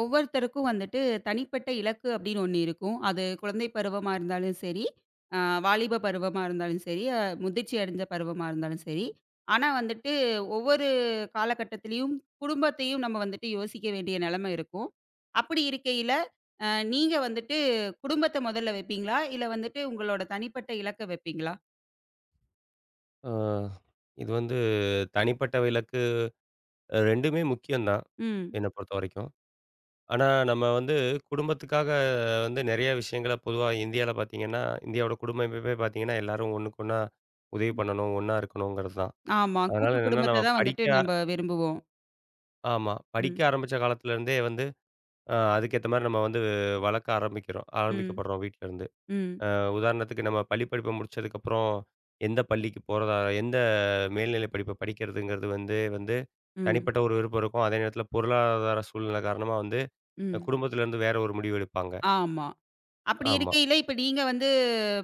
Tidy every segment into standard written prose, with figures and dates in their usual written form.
ஒவ்வொருத்தருக்கும் வந்துட்டு தனிப்பட்ட இலக்கு அப்படின்னு ஒண்ணு இருக்கும். அது குழந்தை பருவமா இருந்தாலும் சரி, அ வாலிப பருவமா இருந்தாலும் சரி, முதிர்ச்சி அடைஞ்ச பருவமா இருந்தாலும் சரி. ஆனா வந்துட்டு ஒவ்வொரு காலகட்டத்திலயும் குடும்பத்தையும் நம்ம வந்துட்டு யோசிக்க வேண்டிய நிலைமை இருக்கும். அப்படி இருக்கையில, அ நீங்க வந்துட்டு குடும்பத்த முதல்ல வைப்பீங்களா? இல்ல வந்துட்டு உங்களோட தனிப்பட்ட இலக்க வைப்பீங்களா? ஆ, இது வந்து தனிப்பட்ட விலக்கு 2மே முக்கியம்தான், ம். என்ன பொறுத்தவரைக்கும். ஆனா, நம்ம வந்து குடும்பத்துக்காக வந்து நெறைய விஷயங்கள பொதுவா இந்தியால பார்த்தீங்கன்னா, இந்தியாவோட குடும்ப அமைப்பே பார்த்தீங்கன்னா, எல்லாரும் ஒண்ணுக்கு ஒண்ணா உதவி பண்ணணும், ஒண்ணா இருக்கணுங்கிறது தான். ஆமா. கூட்டு அதனால என்னன்னா, குடும்பத்த நம்ம தான் வந்துட்டு படிக்க நம்ம விரும்புவோம். ஆமா. படிக்க ம். ஆரம்பிச்ச காலத்திலேருந்தே வந்து, அதுக்கேத்த மாரி நம்ம வந்து வளர்க்க ம். ஆரம்பிக்கப்படுறோம் வீட்லேருந்து. ம். உதாரணத்துக்கு நம்ம பள்ளி படிப்பை முடிச்சதுக்கப்புறம் எந்த பள்ளிக்கு போறதா எந்த மேல்நிலை படிப்பை படிக்கிறதுங்கிறது வந்து வந்து ம். தனிப்பட்ட ஒரு விருப்பம் இருக்கும். அதே நேரத்தில பொருளாதார சூழ்நிலை காரணமா வந்து ம். குடும்பத்திலேருந்து வேற ஒரு முடிவு எடுப்பாங்க. ஆமா. அப்படி ஆமா. இருக்கையில, இப்ப நீங்க வந்து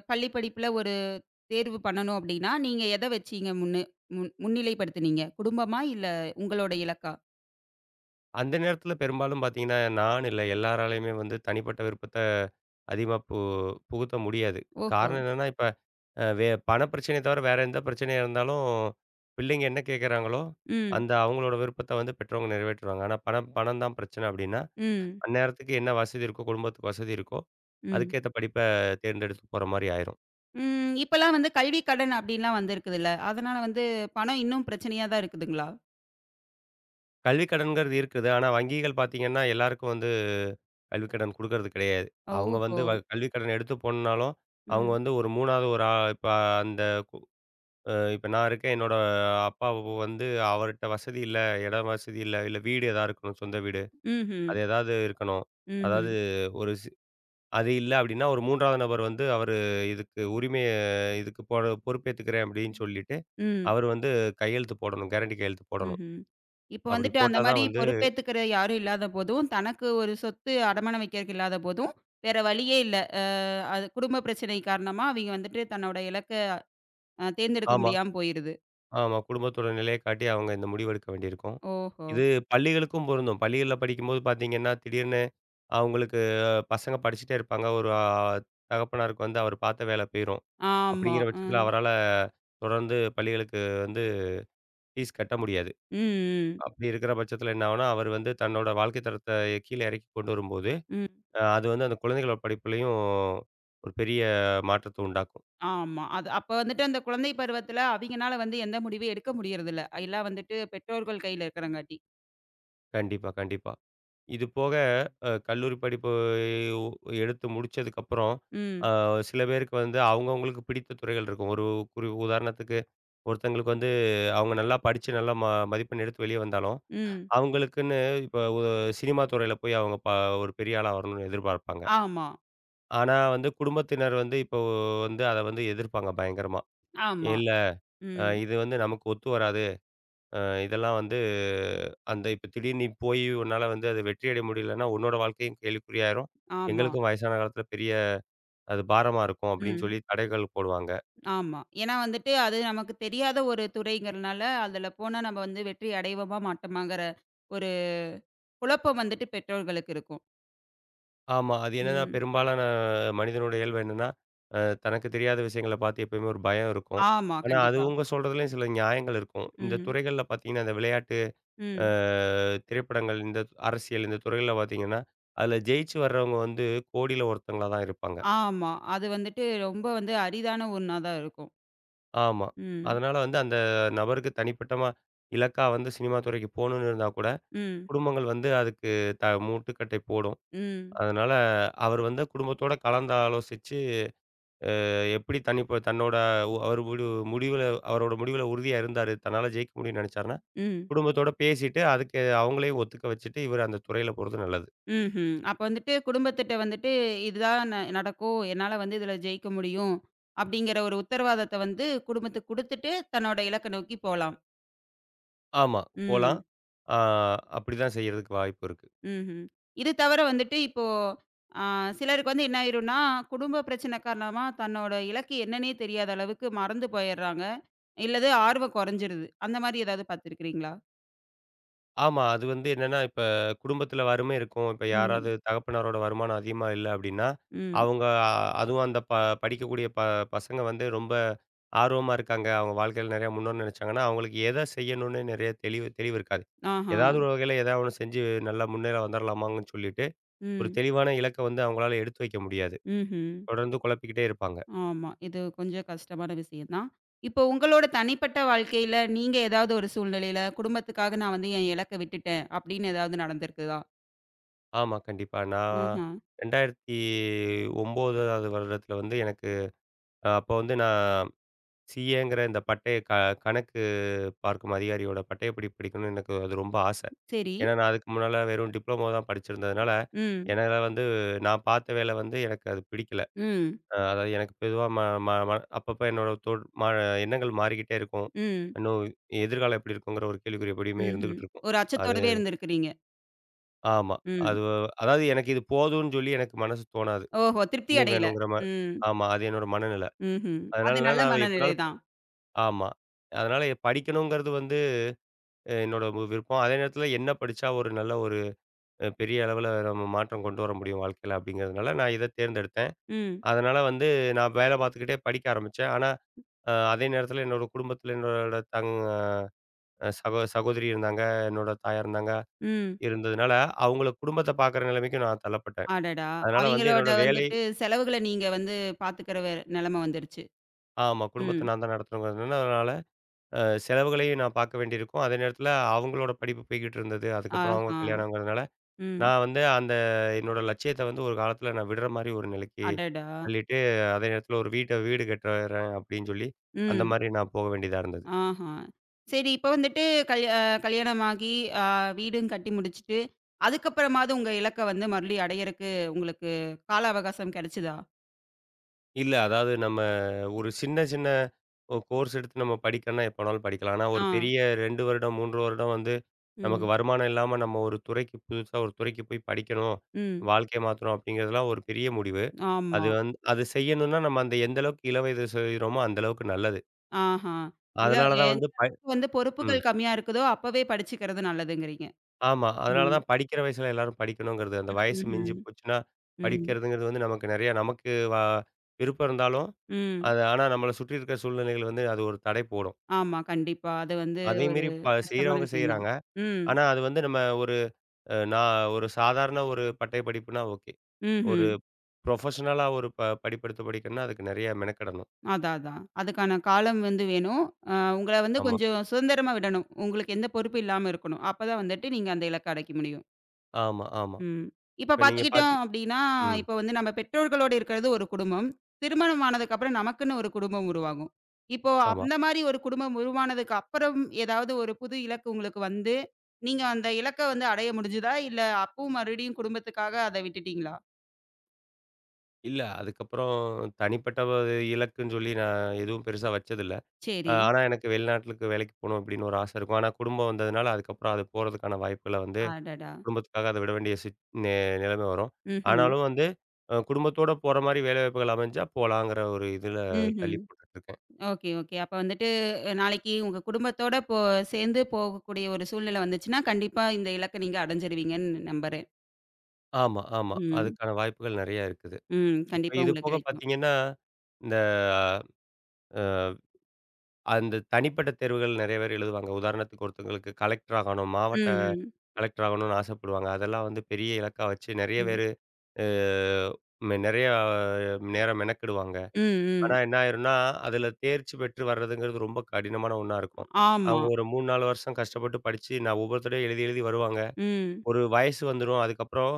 பள்ளி படிப்புல ஒரு தேர்வு பண்ணணும் அப்படின்னா, நீங்க எத வச்சீங்க முன்னு முன் முன்னிலைப்படுத்துனீங்க? குடும்பமா? இல்ல உங்களோட இலக்கா? அந்த நேரத்தில பெரும்பாலும் பார்த்தீங்கன்னா, நான் இல்ல எல்லாராலயுமே வந்து தனிப்பட்ட விருப்பத்த அதிகமா புகுத்த முடியாது. ஓஹோ! காரணம் என்னன்னா, இப்ப அ வே பண பிரச்சனைய தவிர வேற எந்த பிரச்சனையா இருந்தாலும், பிள்ளைங்க என்ன கேட்குறாங்களோ, ம், அந்த அவங்களோட விருப்பத்த வந்து பெற்றவங்க நிறைவேற்றுவாங்க. ஆனா பணம் பணம் தான் பிரச்சனை அப்படின்னா ம், அந்நேரத்துக்கு என்ன வசதி இருக்கோ, குடும்பத்துக்கு வசதி இருக்கோ, ம். அதுக்கேத்த படிப்ப தேர்ந்தெடுத்து போற மாரி ஆயிரும். ம். இப்பலாம் வந்து கல்வி கடன் அப்படின்லாம் வந்திருக்குதுல்ல. அதனால வந்து பணம் இன்னும் பிரச்சனையா தான் இருக்குதுங்களா? கல்விக் கடன்ங்கிறது இருக்குது. ஆனா வங்கிகள் பார்த்தீங்கன்னா, எல்லாருக்கும் வந்து கல்விக் கடன் குடுக்கறது கிடையாது. அவங்க ஓஹோ! வந்து கல்விக் கடன் எடுத்து போணும்னாலும், அவங்க ம். வந்து ஒரு 3வது ஒரு இப்ப அந்த இப்ப நான் இருக்கேன். என்னோட அப்பா வந்து அவர்ட்ட வசதி இல்ல, இடம் வசதி இல்ல, இல்ல வீடு எதா இருக்கணும், சொந்த வீடு. ம்ஹ்ம். அது ஏதாவது இருக்கணும். ம்ஹ்ம். அதாவது ஒரு அது இல்ல அப்டின்னா, ஒரு 3வது நபர் வந்து அவரு இதுக்கு உரிமைய இதுக்கு பொறுப்பேத்துக்கிறேன் அப்டின்னு சொல்லிட்டு, ம். அவரு வந்து கையெழுத்து போடணும். கேரண்டி கையெழுத்து போடணும். ம்ஹ்ம். இப்ப அப்டி வந்துட்டு அந்த போட்டா தான் மாரி வந்து பொறுப்பேத்துக்கிற யாரும் இல்லாத போதும், தனக்கு ஒரு சொத்து அடமானம் வைக்கிறக்கு இல்லாத போதும், வேற வழியே இல்ல. அது குடும்ப பிரச்சனை காரணமா அவிங்க வந்துட்டு தன்னோட இலக்க தேர்ந்தெடுக்க ஆமா, முடியாம போயிருது. ஆமா. குடும்பத்தோட நிலைய காட்டி அவங்க இந்த முடிவு எடுக்க வேண்டியிருக்கும். ஓஹோ! இது பள்ளிகளுக்கும் பொருந்தும். பள்ளிகள்ல படிக்கும்போது பார்த்தீங்கன்னா, திடீர்னு அவங்களுக்கு பசங்க படிச்சுட்டே இருப்பாங்க. ஒரு தகப்பனாருக்கு வந்து அவர் பார்த்த வேல போயிரும். ஆமா. அப்டிங்கிற பட்சத்தில ம். அவரால தொடர்ந்து பள்ளிகளுக்கு வந்து ஃபீஸ் கட்ட முடியாது. ம், அப்படி இருக்கிற பட்சத்தில என்ன ஆகும்னா, அவர் வந்து தன்னோட வாழ்க்கை தரத்த கீழ இறக்கி கொண்டு வரும்போது, ம், ம். அது வந்து அந்த குழந்தைகளோட படிப்புலயும் ஒரு பெரிய மாற்றத்த உண்டாக்கும். ஆமா. அது அப்ப வந்துட்டு அந்த குழந்தை பருவத்துல அவிங்கனால வந்து எந்த முடிவும் எடுக்க முடியறதில்ல. எல்லாம் வந்துட்டு பெற்றோர்கள் கையில இருக்கிறங்காட்டி. கண்டிப்பா, கண்டிப்பா. இது போக கல்லூரி படிப்பு உ எடுத்து முடிச்சதுக்கப்புறம், அ ம், சில பேருக்கு வந்து அவங்கவங்களுக்கு பிடித்த துறைகள் இருக்கும். ஒரு உதாரணத்துக்கு ஒருத்தங்களுக்கு வந்து அவங்க நல்லா படிச்சு நல்லா மதிப்பெண் எடுத்து வெளிய வந்தாலும், ம். அவங்களுக்குன்னு இப்ப சினிமா துறையில போய் அவங்க ஒரு பெரிய ஆளா வரணும்னு எதிர்பார்ப்பாங்க. ஆமா, ஆனா வந்து குடும்பத்தினர் வந்து இப்போ வந்து அத வந்து எதிர்ப்பாங்க பயங்கரமா. ஆமா. இல்ல ம். இது வந்து நமக்கு ஒத்து வராது. அ இதெல்லாம் வந்து அந்த இப்ப திடீர்னு நீ போய் உன்னால வந்து அது வெற்றி அடைய முடியலன்னா, உன்னோட வாழ்க்கையும் கேள்விக்குறியாயிரும். ஆமா. எங்களுக்கும் வயசான காலத்துல பெரிய அது பாரமா இருக்கும் அப்படின்னு ம். சொல்லி தடைகள் போடுவாங்க. ஆமா. ஏன்னா வந்துட்டு, அது நமக்கு தெரியாத ஒரு துறைங்கிறனால, அதுல போனா நம்ம வந்து வெற்றி அடைவோமா, மாட்டோமாங்கிற ஒரு குழப்பம் வந்துட்டு பெற்றோர்களுக்கு இருக்கும். ஆமா. அது என்னன்னா ம். பெரும்பாலான மனிதனோட இயல்பு என்னன்னா, அ தனக்கு தெரியாத விஷயங்கள பார்த்து எப்பயுமே ஒரு பயம் இருக்கும். ஆமா, ஆனா அது கண்டிப்பா. அவங்க சொல்றதுலயும் சில நியாயங்கள் இருக்கும். இந்த ம், துறைகள்ல பார்த்தீங்கன்னா, இந்த விளையாட்டு அ ம். திரைப்படங்கள் இந்த அரசியல் இந்த துறையில பார்த்தீங்கன்னா, அதில ஜெயிச்சு வர்றவங்க வந்து கோடியில ஒருத்தங்களா தான் இருப்பாங்க. ஆமா. அது வந்துட்டு ரொம்ப வந்து அரிதான ஒண்ணா தான் இருக்கும். ஆமா. ம், அதனால வந்து அந்த நபருக்கு தனிப்பட்டமா இலக்கா வந்து சினிமா துறைக்கு போணும்னு இருந்தா கூட, ம், குடும்பங்கள் வந்து அதுக்கு முட்டுக்கட்டை போடும். ம், அதனால அவர் வந்து குடும்பத்தோட கலந்து ஆலோசிச்சு எப்படி தன்னோட உ- அவர் முடி முடிவுல அவரோட முடிவுல உறுதியா இருந்தாரு. தன்னால ஜெயிக்க முடியும்னு நெனைச்சாருன்னா, ம், குடும்பத்தோட பேசிட்டு அதுக்கு அவங்களையும் ஒத்துக்க வச்சுட்டு, இவர் அந்த துறையில போறது நல்லது. ம்ஹ்ம். அப்ப வந்துட்டு குடும்பத்திட்ட வந்துட்டு, "இதுதான் நடக்கும். என்னால வந்து இதுல ஜெயிக்க முடியும்." அப்படிங்கிற ஒரு உத்தரவாதத்த வந்து குடும்பத்துக்கு குடுத்துட்டு, தன்னோட இலக்க நோக்கி போலாம். ஆமா. போலாம். ம். ஆ அப்படிதான் செய்யறதுக்கு வாய்ப்பு இருக்கு. ம்ஹ்ம். இது தவிர வந்துட்டு இப்போ அ சிலருக்கு வந்து என்ன ஆயிரும்னா, குடும்ப பிரச்சனை காரணமா தன்னோட இலக்கு என்னன்னே தெரியாத அளவுக்கு மறந்து போயிர்றாங்க. இல்லது ஆர்வம் குறைஞ்சிருது. அந்த மாரி ஏதாவது பார்த்துருக்கிறீங்களா? ஆமா. அது வந்து என்னன்னா, இப்ப குடும்பத்தில வறுமை இருக்கும். இப்ப யாராவது ம். தகப்பனாரோட வருமானம் அதிகமா இல்ல அப்படின்னா, ம். அவங்க அதுவும் அந்த படிக்கக்கூடிய பசங்க வந்து ரொம்ப ஆர்வமா இருக்காங்க. அவங்க வாழ்க்கையில நெறையா முன்னேறணும்னு நெனைச்சாங்கன்னா, அவங்களுக்கு எத செய்யணும்னு நெறைய தெளிவு தெளிவு இருக்காது. ஆஹா. ஏதாவது ஒரு வகையில ஏதாவது ஒண்ணு செஞ்சு நல்லா முன்னேற வந்துரலாமாங்கன்னு சொல்லிட்டு, ஒரு ம். தெளிவான இலக்க வந்து அவங்களால எடுத்து வைக்க முடியாது. ம்ஹ்ம். தொடர்ந்து குழப்பிக்கிட்டே இருப்பாங்க. ஆமா. இது கொஞ்சம் கஷ்டமான விஷயம் தான். இப்போ உங்களோட தனிப்பட்ட வாழ்க்கையில நீங்க ஏதாவது ஒரு சூழ்நிலையில குடும்பத்துக்காக நான் வந்து என் இலக்க விட்டுட்டேன் அப்படின்னு ஏதாவது நடந்திருக்குதா? ஆமா, கண்டிப்பா. நான் ஆஹா. 2009வது வருடத்தில வந்து எனக்கு அப்போ வந்து நான் சிஏங்கிற இந்த பட்டய கணக்கு பார்க்கும் அதிகாரியோட பட்டய படிப்பு படிக்கணும்னு எனக்கு அது ரொம்ப ஆசை. சரி. ஏன்னா, நான் அதுக்கு முன்னால வெறும் டிப்ளமோ தான் படிச்சிருந்ததுனால, ம். என்னால வந்து நான் பார்த்த வேலை வந்து எனக்கு அது பிடிக்கல. ம். அதாவது எனக்கு பொதுவா ம ம ம அப்பப்போ என்னோட தொ ம எண்ணங்கள் மாறிக்கிட்டே இருக்கும். ம். இன்னும் எதிர்காலம் எப்படி இருக்குங்கிற ஒரு கேள்விக்குறி எப்படியுமே ம்ஹ்ம். இருந்துகிட்டு இருக்கும். ஒரு அது அச்சத்தோடவே இருந்திருக்கிறீங்க. ஆமா. ம். அது அதாவது எனக்கு இது போதும்ன்னு சொல்லி எனக்கு மனசு தோணாது. ஓஹோ! திருப்தி இன்னும் அடையல. வேணுங்கிற மாரி ம். ஆமா. அது என்னோட மனநிலை. ம்ஹ்ம். அது அதனால நல்ல நான் மனநிலை எப்படினாலும் தான். ஆமா. அதனால படிக்கணுங்கிறது வந்து என்னோட விருப்பம். அதே நேரத்தில என்ன படிச்சா ஒரு நல்ல ஒரு பெரிய அளவில நம்ம மாற்றம் கொண்டு வர முடியும் வாழ்க்கையில அப்படிங்கிறதுனால நான் இத தேர்ந்தெடுத்தேன். ம். அதனால வந்து நான் வேலை பார்த்துக்கிட்டே படிக்க ஆரம்பிச்சேன். ஆனா அதே நேரத்தில என்னோட குடும்பத்தில என்னோட சகோதரி இருந்தாங்க. என்னோட தாயா இருந்தாங்க. ம். இருந்ததுனால அவங்கள குடும்பத்த பார்க்குற நிலைமைக்கு நான் தள்ளப்பட்டேன். அடடா! அதனால வந்து அவிங்களோட என்னோட வேலை வந்துட்டு செலவுகள நீங்க வந்து பாத்துக்கிற நெலைம வந்துருச்சு. ஆமா. குடும்பத்த ம். நான் தான் நடத்தணுங்கிறதுனால செலவுகளையும் நான் பார்க்க வேண்டியிருக்கும். அதே நேரத்தில அவங்களோட படிப்பு போய்க்கிட்டு இருந்தது. அதுக்கப்புறம் அவங்க ஆஹா! கல்யாணங்கிறதுனால, ம். நான் வந்து அந்த என்னோட லட்சியத்த வந்து ஒரு காலத்தில நான் விடுற மாரி ஒரு நிலைக்கு அடடா! தள்ளிட்டு, அதே நேரத்தில ஒரு வீடு கட்டுறேன் அப்படின்னு சொல்லி, அந்த ம். மாரி நான் போக வேண்டியதா இருந்தது. ஆஹா! சரி இப்ப வந்துட்டு கல் அ கல்யாணமாகி அ வீடும் கட்டி முடிச்சுட்டு, அதுக்கப்புறமாவது உங்க இலக்க வந்து மறுபடியும் அடையறக்கு உங்களுக்கு கால அவகாசம் கெடைச்சதா? இல்ல அதாவது நம்ம ஒரு சின்ன சின்ன கோர்ஸ் எடுத்து நம்ம படிக்கணும்னா எப்ப வேணாலும் படிக்கலாம். ஆனா ஒரு ஆ. பெரிய 2 வருடம், 3 வருடம் வந்து நமக்கு ம். வருமானம் இல்லாம நம்ம ஒரு துறைக்கு புதுசா ஒரு துறைக்கு போய் படிக்கணும், ம். வாழ்க்கைய மாத்தணும் அப்படிங்கிறதெல்லாம் ஒரு பெரிய முடிவு. அது ஆமா. வந்து அது செய்யணும்னா, நம்ம அந்த எந்த அளவுக்கு இள வயது செய்றோமோ, அந்த அளவுக்கு நல்லது. ஆஹா. இல்ல அதனால தான் எந்த வந்து அளவுக்கு வந்து ம். பொறுப்புகள் கம்மியா இருக்குதோ, அப்பவே படிச்சுக்கிறது நல்லதுங்கிறீங்க. ஆமா. அதனால ம். தான் படிக்கிற வயசுல எல்லாரும் படிக்கணுங்கிறது. அந்த வயசு மிஞ்சி ம்ஹ்ம். போச்சுன்னா, ம். படிக்கிறதுங்கிறது வந்து நமக்கு நெறையா நமக்கு விருப்பம் இருந்தாலும், ம். அது ஆனா நம்மள சுற்றி இருக்கிற சூழ்நிலைகள் வந்து அது ஒரு தடை போடும். ஆமா, கண்டிப்பா. அது வந்து அதே ஒரு மீறி கஷ்டமான செய்றவங்க விஷயம் தான். செய்றாங்க. ம். ஆனா அது வந்து நம்ம ஒரு நான் ஒரு சாதாரண ஒரு பட்டய படிப்புனா ஓகே. ஒரு ம்ஹ்ம். ப்ரொஃபஷனலா ஒரு படிப்பெடுத்து படிக்கணும்னா, அதுக்கு நெறைய மெனக்கெடணும். அதான், அதான். அதுக்கான காலம் வந்து வேணும். அ உங்கள வந்து ஆமா, கொஞ்சம் சுதந்திரமா விடணும். உங்களுக்கு எந்த பொறுப்பும் இல்லாம இருக்கணும். அப்பதான் வந்துட்டு நீங்க அந்த இலக்க அடைக்க முடியும். ஆமா, ஆமா. ம். இப்ப இப்ப நீங்க பார்த்துக்கிட்டோம் அப்டின்னா, ம். இப்ப வந்து நம்ம பெற்றோர்களோட இருக்கிறது ஒரு குடும்பம். திருமணம் ஆனதுக்கப்புறம் நமக்குன்னு ஒரு குடும்பம் உருவாகும். இப்போ ஆமா. அந்த மாரி ஒரு குடும்பம் உருவானதுக்கு அப்புறம் ஏதாவது ஒரு புது இலக்கு உங்களுக்கு வந்து, நீங்க அந்த இலக்க வந்து அடைய முடிஞ்சுதா? இல்ல அப்பவும் மறுபடியும் குடும்பத்துக்காக அத விட்டுட்டீங்களா? இல்ல. அதுக்கப்புறம் தனிப்பட்ட ஒரு இலக்குன்னு சொல்லி நான் எதுவும் பெருசா வச்சதில்ல. சரி. ஆனா எனக்கு வெளிநாட்டுக்கு வேலைக்கு போணும் அப்படின்னு ஒரு ஆசை இருக்கும். ஆனா குடும்பம் வந்ததுனால அதுக்கப்புறம் அது போறதுக்கான வாய்ப்புகள வந்து அடடா! குடும்பத்துக்காக அத விட வேண்டிய சிச் நெ நிலைமை வரும். ம்ஹ்ம். ஆனாலும் வந்து குடும்பத்தோட போற மாரி வேலைவாய்ப்புகள் அமைஞ்சா போலாங்கிற ஒரு இதுல ம்ஹ்ம். தள்ளி போட்டுட்டுருக்கேன். Okay, okay. அப்ப வந்துட்டு நாளைக்கு உங்க குடும்பத்தோட சேர்ந்து போகக்கூடிய ஒரு சூழ்நிலை வந்துச்சுன்னா, கண்டிப்பா இந்த இலக்க நீங்க அடைஞ்சிருவீங்கன்னு நம்புறேன். ஆமா, ஆமா. ம். அதுக்கான வாய்ப்புகள் நெறையா இருக்குது. ம். இப்ப கண்டிப்பா இது உங்களுக்கு போக கிடைக்கும். பார்த்தீங்கன்னா, இந்த அ அந்த தனிப்பட்ட தேர்வுகள் நெறைய பேர் எழுதுவாங்க. உதாரணத்துக்கு ஒருத்தங்களுக்கு கலெக்டர் ஆகணும், மாவட்ட ம், ம், கலெக்டர் ஆகணும்னு ஆசைப்படுவாங்க. அதெல்லாம் வந்து பெரிய இலக்கா வச்சு நெறைய ம், பேரு அ மெ நெறையா நேரம் மெனக்கிடுவாங்க. ம், ஆனா ம். என்ன ஆயிரும்னா, அதில தேர்ச்சி பெற்று வர்றதுங்கிறது ரொம்ப கடினமான ஒண்ணா இருக்கும். ஆமா. அவங்க ஒரு 3, 4 வருஷம் கஷ்டப்பட்டு படிச்சு, நான் ஒவ்வொருத்தரையும் எழுதி எழுதி வருவாங்க. ம், ஒரு வயசு வந்துரும். அதுக்கப்புறம்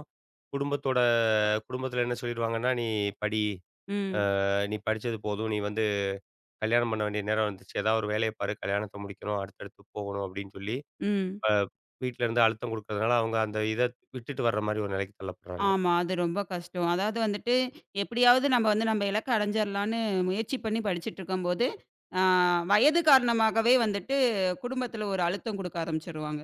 குடும்பத்தோட குடும்பத்தில என்ன சொல்லிருவாங்கன்னா, "நீ படி. ம், நீ படிச்சது போதும். நீ வந்து கல்யாணம் பண்ண வேண்டிய நேரம் வந்துருச்சு. ஏதாவது ஒரு வேலைய பாரு. கல்யாணத்த முடிக்கணும். அடுத்தடுத்து போகணும்." அப்படின்னு சொல்லி ம். இப்ப வீட்ல இருந்து அழுத்தம் குடுக்கறதுனால, அவங்க அந்த இத விட்டுட்டு வர்ற மாரி ஒரு நிலைக்கு தள்ளப்படுறாங்க. ஆமா. அது ரொம்ப கஷ்டம். அதாவது வந்துட்டு, எப்படியாவது நம்ம வந்து நம்ம இலக்க அடைஞ்சிரலான்னு முயற்சி பண்ணி படிச்சுட்டுருக்கும்போது, ஆ வயது காரணமாகவே வந்துட்டு குடும்பத்தில ஒரு அழுத்தம் குடுக்க ஆரம்பிச்சுருவாங்க.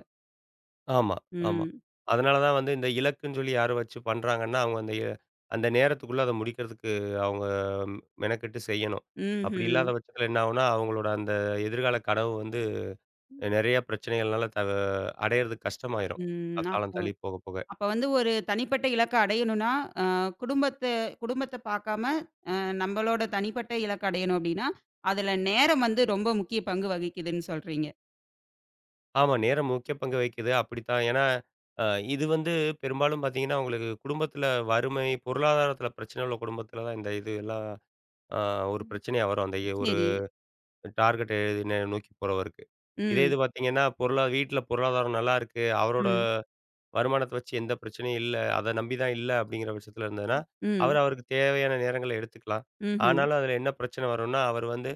ஆமா, ஆமா. ம். அதனால தான் வந்து இந்த இலக்குன்னு சொல்லி யாரும் வச்சு பண்றாங்கன்னா, அவங்க அந்த அந்த நேரத்துக்குள்ள அத முடிக்கிறதுக்கு அவங்க மெனக்கெட்டு செய்யணும். அப்படி ம்ஹ்ம். இல்லாத பட்சத்தில என்ன ஆகும்னா, அவங்களோட அந்த எதிர்கால கனவு வந்து நெறைய பிரச்சனைகள்னால அடையறதுக்கு கஷ்டமாயிரும். ம். காலம் அப்போ தள்ளி போக போக. அப்போ வந்து ஒரு தனிப்பட்ட இலக்க அடையணும்னா, அ குடும்பத்த குடும்பத்த பார்க்காம, அ நம்மளோட தனிப்பட்ட இலக்க அடையணும் அப்படின்னா, அதில நேரம் வந்து ரொம்ப முக்கிய பங்கு வகிக்குதுன்னு சொல்றீங்க. ஆமா நேரம் முக்கிய பங்கு வகிக்குது. அப்படித்தான். ஏன்னா, அ இது வந்து பெரும்பாலும் பார்த்தீங்கன்னா, உங்களுக்கு குடும்பத்தில வறுமை, பொருளாதாரத்தில பிரச்சனை உள்ள குடும்பத்தில தான் இந்த இது எல்லாம் ஆ ஒரு பிரச்சனையா வரும். அந்த ஒரு சரி. டார்கெட் நோக்கி போறவருக்கு. இதே ம், இது பார்த்தீங்கன்னா, வீட்ல பொருளாதாரம் நல்லாருக்கு. அவரோட ம், வருமானத்த வச்சு எந்த பிரச்சனையும் இல்ல. அத நம்பி தான் இல்ல அப்படிங்கிற பட்சத்தில இருந்ததுன்னா, ம், அவர் அவருக்கு தேவையான நேரங்கள எடுத்துக்கலாம். ம்ஹ்ம், ஆனாலும் அதில என்ன பிரச்சனை வரும்னா, அவர் வந்து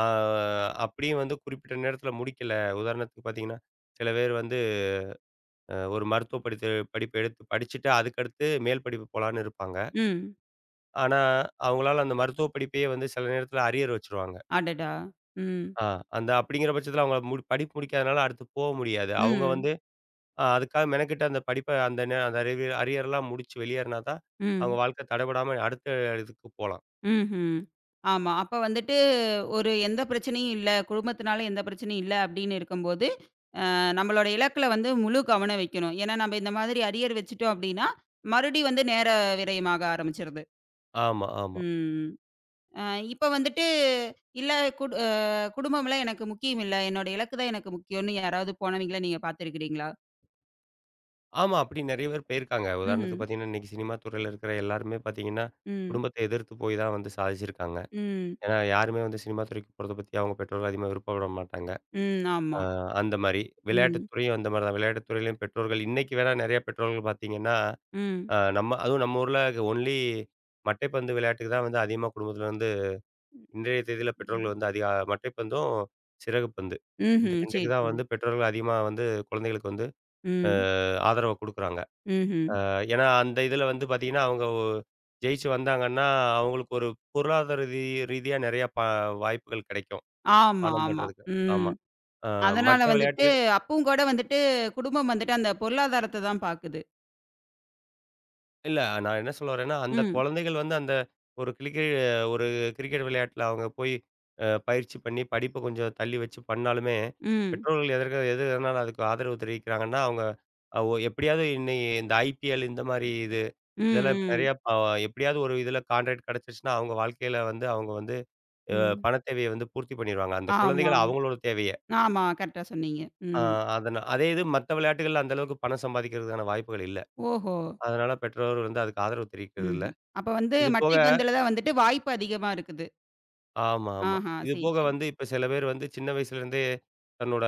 ஆ அப்படியும் வந்து குறிப்பிட்ட நேரத்தில முடிக்கல. உதாரணத்துக்கு பார்த்தீங்கன்னா, சில பேர் வந்து ஒரு மருத்துவ படிப்பு எடுத்து படிச்சுட்டு அதுக்கடுத்து மேல் படிப்பு போலான்னு இருப்பாங்க. ம். ஆனா, அவங்களால அந்த மருத்துவ படிப்பையே வந்து சில நேரத்தில அரியர் வச்சுருவாங்க. அடடா! ம், ஆ, அந்த அப்படிங்கிற பட்சத்தில அவங்க படிப்பு முடிக்காதனால அடுத்து போ முடியாது. அவங்க ம், வந்து அதுக்காக மெனக்கெட்டு அந்த படிப்ப அந்த அறிவு அரியர்லாம் முடிச்சு வெளியேறினா தான், அவங்க ம், வாழ்க்கை தடைபடாம அடுத்த இதுக்கு போலாம். ம்ஹ்ம். ஆமா. அப்ப வந்துட்டு ஒரு எந்த பிரச்சனையும் இல்ல. குடும்பத்தினால எந்த பிரச்சனையும் இல்ல அப்படின்னு இருக்கும்போது, நம்மளோட இலக்குல வந்து முழு கவனம் வைக்கணும். ஏன்னா, நம்ம இந்த மாதிரி அரியர் வச்சுட்டோம் அப்படின்னா, மறுபடியும் வந்து நேர விரயமாக ஆரம்பிச்சுருது. ஆமா, ஆமா. ம். அ இப்ப வந்துட்டு இல்ல குடு அ குடும்பம்லாம் எனக்கு முக்கியம் இல்ல. என்னோட இலக்கு தான் எனக்கு முக்கியம்னு யாராவது போனவங்கள நீங்க பார்த்துருக்கிறீங்களா? ஆமா, அப்படி நெறைய பேர் போயிருக்காங்க. ம்ஹ்ம். உதாரணத்துக்கு பார்த்தீங்கன்னா, இன்னைக்கு சினிமா துறையில இருக்கிற எல்லாருமே பார்த்தீங்கன்னா, ம், குடும்பத்த எதிர்த்து போய் தான் வந்து சாதிச்சிருக்காங்க. ம். ஏன்னா, யாருமே வந்து சினிமா துறைக்கு போறத பத்தி அவங்க பெற்றோர்கள் அதிகமா விருப்பப்பட மாட்டாங்க. ம். அ ஆமா. அந்த மாரி. விளையாட்டுத் ம். துறையும் அந்த மாரி தான். விளையாட்டுத் துறையிலயும் பெற்றோர்கள் இன்னைக்கு வேணா நெறைய பெற்றோர்கள் பார்த்தீங்கன்னா ம். நம்ம அதுவும் நம்ம ஊர்ல ஒன்லி மட்டைப்பந்து விளையாட்டுக்கு தான் வந்து அதிகமா குடும்பத்தில வந்து இன்றைய தேதியில பெற்றோர்கள் வந்து அதிக மட்டைப்பந்தும், சிறகு பந்து. இந்த ம்ஹ்ம். சரி, 2க்கு தான் சரி. வந்து பெற்றோர்கள் அதிகமா வந்து குழந்தைகளுக்கு வந்து அ ம். ஆதரவ குடுக்குறாங்க. ம்ஹ்ம். ஏன்னா அந்த இதில வந்து பார்த்தீங்கன்னா, அவங்க ஜெயிச்சு வந்தாங்கன்னா, அவங்களுக்கு ஒரு பொருளாதார ரீதியா நெறையா வாய்ப்புகள் கிடைக்கும். ஆமா, பணம் ஆமா. பண்றதுக்கு. ம். ஆமா. அ அதனால மற்ற வந்துட்டு விளையாட்டுகள் அப்பவும் கூட வந்துட்டு குடும்பம் வந்துட்டு அந்த பொருளாதாரத்த தான் பாக்குது. இல்ல. நான் என்ன சொல்ல வரேன்னா, அந்த ம். குழந்தைகள் வந்து அந்த ஒரு ஒரு கிரிக்கெட் விளையாட்டுல அவங்க போய் பயிற்சி பண்ணி படிப்ப கொஞ்சம் தள்ளி வச்சு பண்ணாலுமே, ம். பெற்றோர்கள் எதற்கு எது எதனால அதுக்கு ஆதரவு தெரிவிக்கிறாங்கன்னா, அவங்க அ ஒ எப்படியாவது இந்த ஐபிஎல் இந்த மாரி இது, ம், இதெல்லாம் இப்ப ம், நெறையா எப்படியாவது ஒரு இதுல கான்ட்ராக்ட் கிடைச்சிருச்சுன்னா, அவங்க வாழ்க்கையில வந்து அவங்க வந்து அ ம். பணத் தேவைய வந்து பூர்த்தி பண்ணிருவாங்க. அந்த ஆமா, குழந்தைகள் ஆமா. அவங்களோட தேவைய. ஆமா. கரெக்ட்டா சொன்னீங்க. ஆ ம். அதனா அதே இது மத்த விளையாட்டுகள்ல அந்த அளவுக்கு பணம் சம்பாதிக்கிறதுக்கான வாய்ப்புகள் இல்ல. ஓஹோ! அதனால பெற்றோர்கள் வந்து அதுக்கு ஆதரவு தெரிவிக்கிறது இல்ல. ம்ஹ்ம். அப்ப வந்து இது போக மட்டைப்பந்துல தான் வந்துட்டு வாய்ப்பு அதிகமா இருக்குது. ஆமா, ஆமா. ஆஹா. இது சரி, போக சரி. வந்து இப்ப சில பேர் வந்து சின்ன வயசுலேருந்தே தன்னோட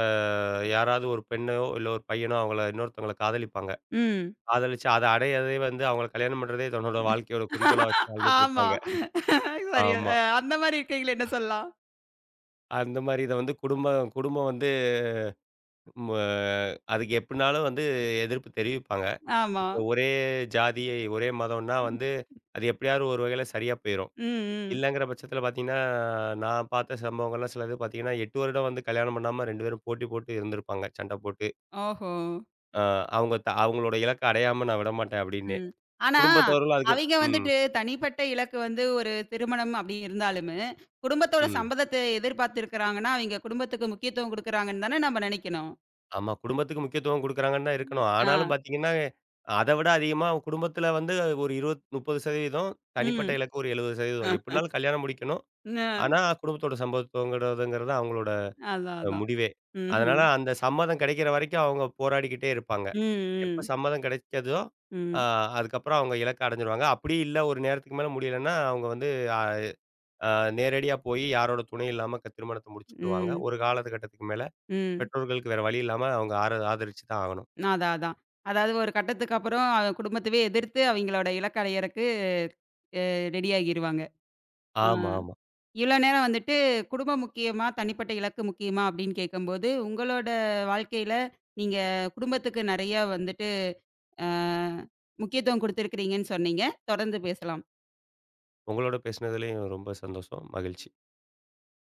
யாராவது ஒரு பெண்ணையோ, இல்ல ஒரு பையனோ அவங்கள இன்னொருத்தவங்கள காதலிப்பாங்க. ம். காதலிச்சு அத அடையவே வந்து அவங்கள கல்யாணம் பண்றதே தன்னோட வாழ்க்கையோட குறிக்கோளா வச்சு வாழ்ந்துட்டு ஆமா. இருப்பாங்க. சரியா ஆமா. அந்த மாரி இருக்கைங்கள என்ன சொல்லலாம். அந்த மாரி இத வந்து குடும்பம் குடும்பம் வந்து ம அதுக்கு எப்டினாலும் வந்து எதிர்ப்பு தெரிவிப்பாங்க. ஆமா. இப்ப ஒரே ஜாதி, ஒரே மதம்னா ம். வந்து அது எப்படியாவது ஒரு வகையில சரியா போயிரும். ம். இல்லங்கிற பட்சத்தில பார்த்தீங்கன்னா, நான் பார்த்த சம்பவங்கள்லாம் சிலது பார்த்தீங்கன்னா, 8 வருடம் வந்து கல்யாணம் பண்ணாம 2 பேரும் போட்டி போட்டு இருந்திருப்பாங்க. சண்ட போட்டு. ஓஹோ! ஆ அவங்க அவங்களோட இலக்க அடையாம நான் விடமாட்டேன் அப்படின்னு. ம். ஆனா, குடும்பத்தவர்களும் அதுக்கு அவைங்க ம், வந்துட்டு தனிப்பட்ட இலக்கு வந்து ஒரு திருமணம் அப்படி இருந்தாலுமே, குடும்பத்தோட ம். சம்மதத்த எதிர்பார்த்திருக்கிறாங்கன்னா, அவைங்க குடும்பத்துக்கு முக்கியத்துவம் குடுக்குறாங்கன்னு தானே நம்ம நெனைக்கணும். ஆமா. குடும்பத்துக்கு முக்கியத்துவம் குடுக்குறாங்கன்னு தான் இருக்கணும். ஆனாலும் ஆ. பார்த்தீங்கன்னா, அத விட அதிகமா குடும்பத்தில வந்து ஒரு 20, 30% தனிப்பட்ட ம். இலக்கு ஒரு 70% அ. எப்படினாலும் கல்யாணம் முடிக்கணும். ந ஆனா குடும்பத்தோட சம்மதத்தோங்கிறதுங்கிறது அவங்களோட அதான், அதான். முடிவே. அதனால ம்ஹ்ம். அந்த சம்மதம் கிடைக்கிற வரைக்கும் அவங்க போராடிக்கிட்டே இருப்பாங்க. ம், எப்ப ம். சம்மதம் கிடைச்சதோ, ஆ ம். அதுக்கப்புறம் அவங்க இலக்க அடைஞ்சுருவாங்க. அப்படி இல்ல ஒரு நேரத்துக்கு மேல முடியலன்னா, அவங்க வந்து அ அ நேரடியா போயி யாரோட துணையும் இல்லாம திருமணத்த முடிச்சுக்கிடுவாங்க. ம். ஒரு காலத்துகட்டத்துக்கு மேல ம். பெற்றோர்களுக்கு வேற வழி இல்லாம அவங்க ஆதரிச்சு தான் ஆகணும். அதான், அதான். அதாவது ஒரு கட்டத்துக்கு அப்புறம் குடும்பத்தவே எதிர்த்து அவைங்களோட இலக்க அடையறக்கு அ ரெடி ஆகிருவாங்க. ஆ. ஆமா, ஆமா. இவ்வளோ நேரம் வந்துட்டு குடும்பம் முக்கியமா, தனிப்பட்ட இலக்கு முக்கியமா அப்படின்னு கேட்கும்போது, உங்களோட வாழ்க்கையில நீங்க குடும்பத்துக்கு நெறைய வந்துட்டு அ முக்கியத்துவம் குடுத்துருக்கிறீங்கன்னு சொன்னீங்க. தொடர்ந்து பேசலாம். உங்களோட பேசினதுலயும் ரொம்ப சந்தோஷம். மகிழ்ச்சி.